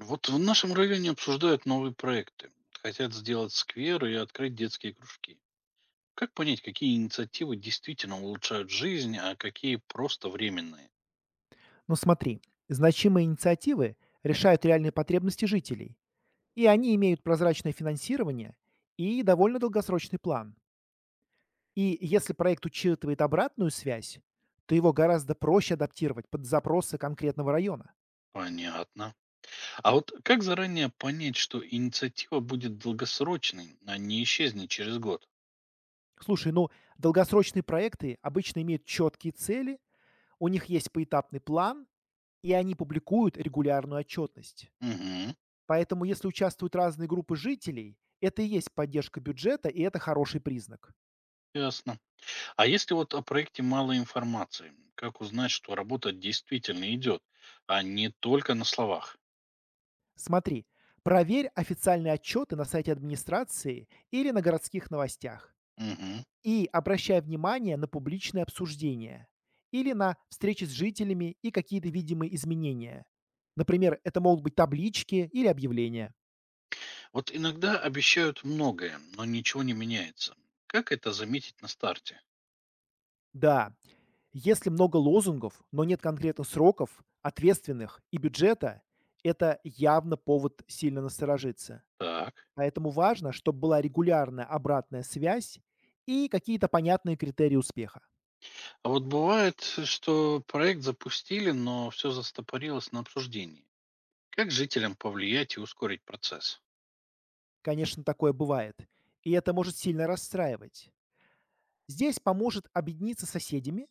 Вот в нашем районе обсуждают новые проекты. Хотят сделать сквер и открыть детские кружки. Как понять, какие инициативы действительно улучшают жизнь, а какие просто временные? Но смотри, значимые инициативы решают реальные потребности жителей, и они имеют прозрачное финансирование и довольно долгосрочный план. И если проект учитывает обратную связь, то его гораздо проще адаптировать под запросы конкретного района. Понятно. А вот как заранее понять, что инициатива будет долгосрочной, а не исчезнет через год? Слушай, ну, долгосрочные проекты обычно имеют четкие цели, у них есть поэтапный план, и они публикуют регулярную отчетность. Угу, Поэтому, если участвуют разные группы жителей, это и есть поддержка бюджета, и это хороший признак. ясно. А если вот о проекте мало информации, как узнать, что работа действительно идет, а не только на словах? Смотри, проверь официальные отчеты на сайте администрации или на городских новостях. Угу. И обращай внимание на публичные обсуждения или на встречи с жителями и какие-то видимые изменения. Например, это могут быть таблички или объявления. Вот иногда обещают многое, но ничего не меняется. Как это заметить на старте? Да, если много лозунгов, но нет конкретных сроков, ответственных и бюджета, это явно повод сильно насторожиться. Так. Поэтому важно, чтобы была регулярная обратная связь и какие-то понятные критерии успеха. А вот бывает, что проект запустили, но все застопорилось на обсуждении. Как жителям повлиять и ускорить процесс? Конечно, такое бывает, и это может сильно расстраивать. Здесь поможет объединиться с соседями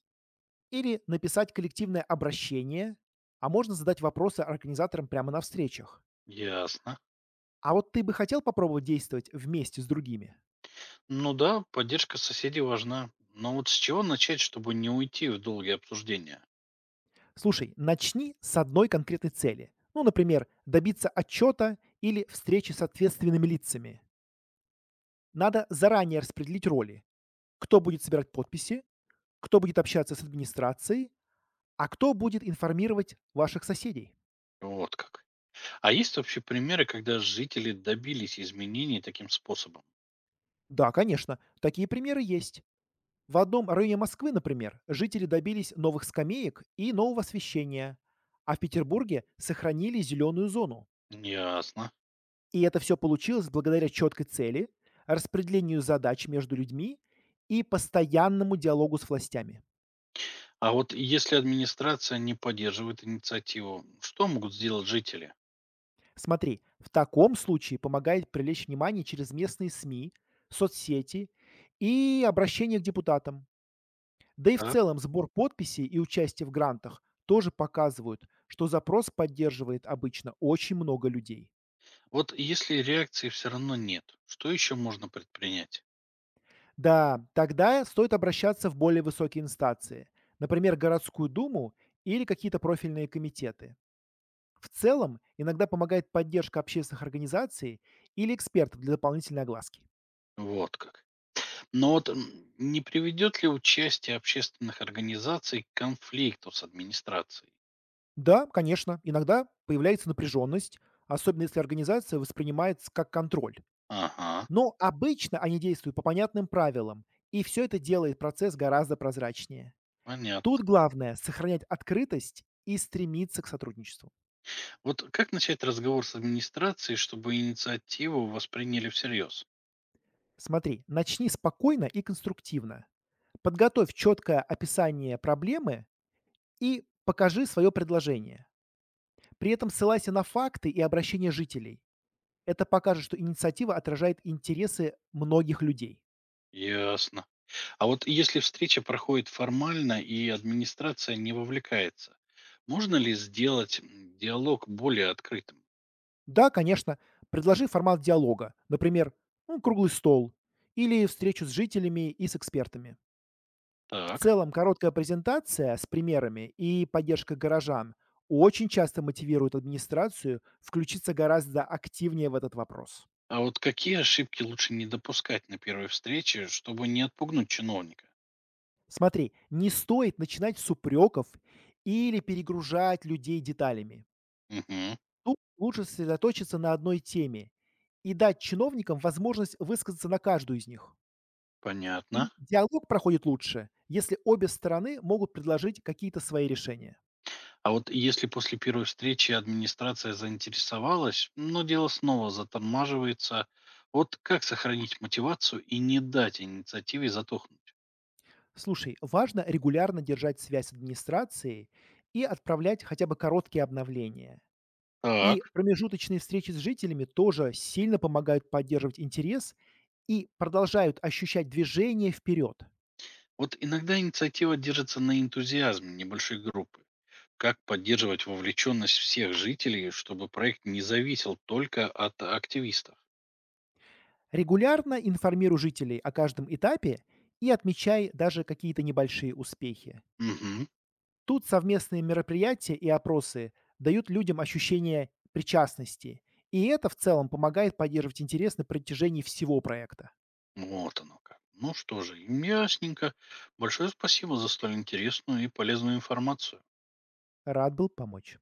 или написать коллективное обращение, а можно задать вопросы организаторам прямо на встречах. Ясно. А вот ты бы хотел попробовать действовать вместе с другими? Ну да, поддержка соседей важна. Но вот с чего начать, чтобы не уйти в долгие обсуждения? Слушай, начни с одной конкретной цели. Ну, например, добиться отчета или встречи с ответственными лицами. Надо заранее распределить роли. Кто будет собирать подписи, кто будет общаться с администрацией, а кто будет информировать ваших соседей. Вот как. А есть вообще примеры, когда жители добились изменений таким способом? Да, конечно, такие примеры есть. В одном районе Москвы, например, жители добились новых скамеек и нового освещения, а в Петербурге сохранили зеленую зону. Ясно. И это все получилось благодаря четкой цели, распределению задач между людьми и постоянному диалогу с властями. А вот если администрация не поддерживает инициативу, что могут сделать жители? Смотри, в таком случае помогает привлечь внимание через местные СМИ, соцсети и обращение к депутатам. Да и в Так. целом сбор подписей и участие в грантах тоже показывают, что запрос поддерживает обычно очень много людей. Вот если реакции все равно нет, что еще можно предпринять? Да, тогда стоит обращаться в более высокие инстанции, например, городскую думу или какие-то профильные комитеты. В целом, иногда помогает поддержка общественных организаций или экспертов для дополнительной огласки. Вот как. Но вот не приведет ли участие общественных организаций к конфликту с администрацией? Да, конечно, иногда появляется напряженность, особенно если организация воспринимается как контроль. Ага, Но обычно они действуют по понятным правилам, и все это делает процесс гораздо прозрачнее. Тут понятно. главное– сохранять открытость и стремиться к сотрудничеству. Вот как начать разговор с администрацией, чтобы инициативу восприняли всерьез? Смотри, начни спокойно и конструктивно. Подготовь четкое описание проблемы и покажи свое предложение. При этом ссылайся на факты и обращения жителей. Это покажет, что инициатива отражает интересы многих людей. Ясно. А вот если встреча проходит формально и администрация не вовлекается, можно ли сделать диалог более открытым? Да, конечно, предложи формат диалога, например, ну, круглый стол или встречу с жителями и с экспертами. В Так. целом, короткая презентация с примерами и поддержка горожан очень часто мотивирует администрацию включиться гораздо активнее в этот вопрос. А вот какие ошибки лучше не допускать на первой встрече, чтобы не отпугнуть чиновника? Смотри, не стоит начинать с упреков или перегружать людей деталями. Угу, Тут лучше сосредоточиться на одной теме и дать чиновникам возможность высказаться на каждую из них. И понятно. диалог проходит лучше, если обе стороны могут предложить какие-то свои решения. А вот если после первой встречи администрация заинтересовалась, но дело снова затормаживается, вот как сохранить мотивацию и не дать инициативе затухнуть? Слушай, важно регулярно держать связь с администрацией и отправлять хотя бы короткие обновления. Так. И промежуточные встречи с жителями тоже сильно помогают поддерживать интерес и продолжают ощущать движение вперед. Вот иногда инициатива держится на энтузиазме небольшой группы. Как поддерживать вовлеченность всех жителей, чтобы проект не зависел только от активистов? Регулярно информируй жителей о каждом этапе и отмечай даже какие-то небольшие успехи. Мгм. Тут совместные мероприятия и опросы дают людям ощущение причастности, и это в целом помогает поддерживать интерес на протяжении всего проекта. Вот оно как. Ну что же, ясненько. Большое спасибо за столь интересную и полезную информацию. Рад был помочь.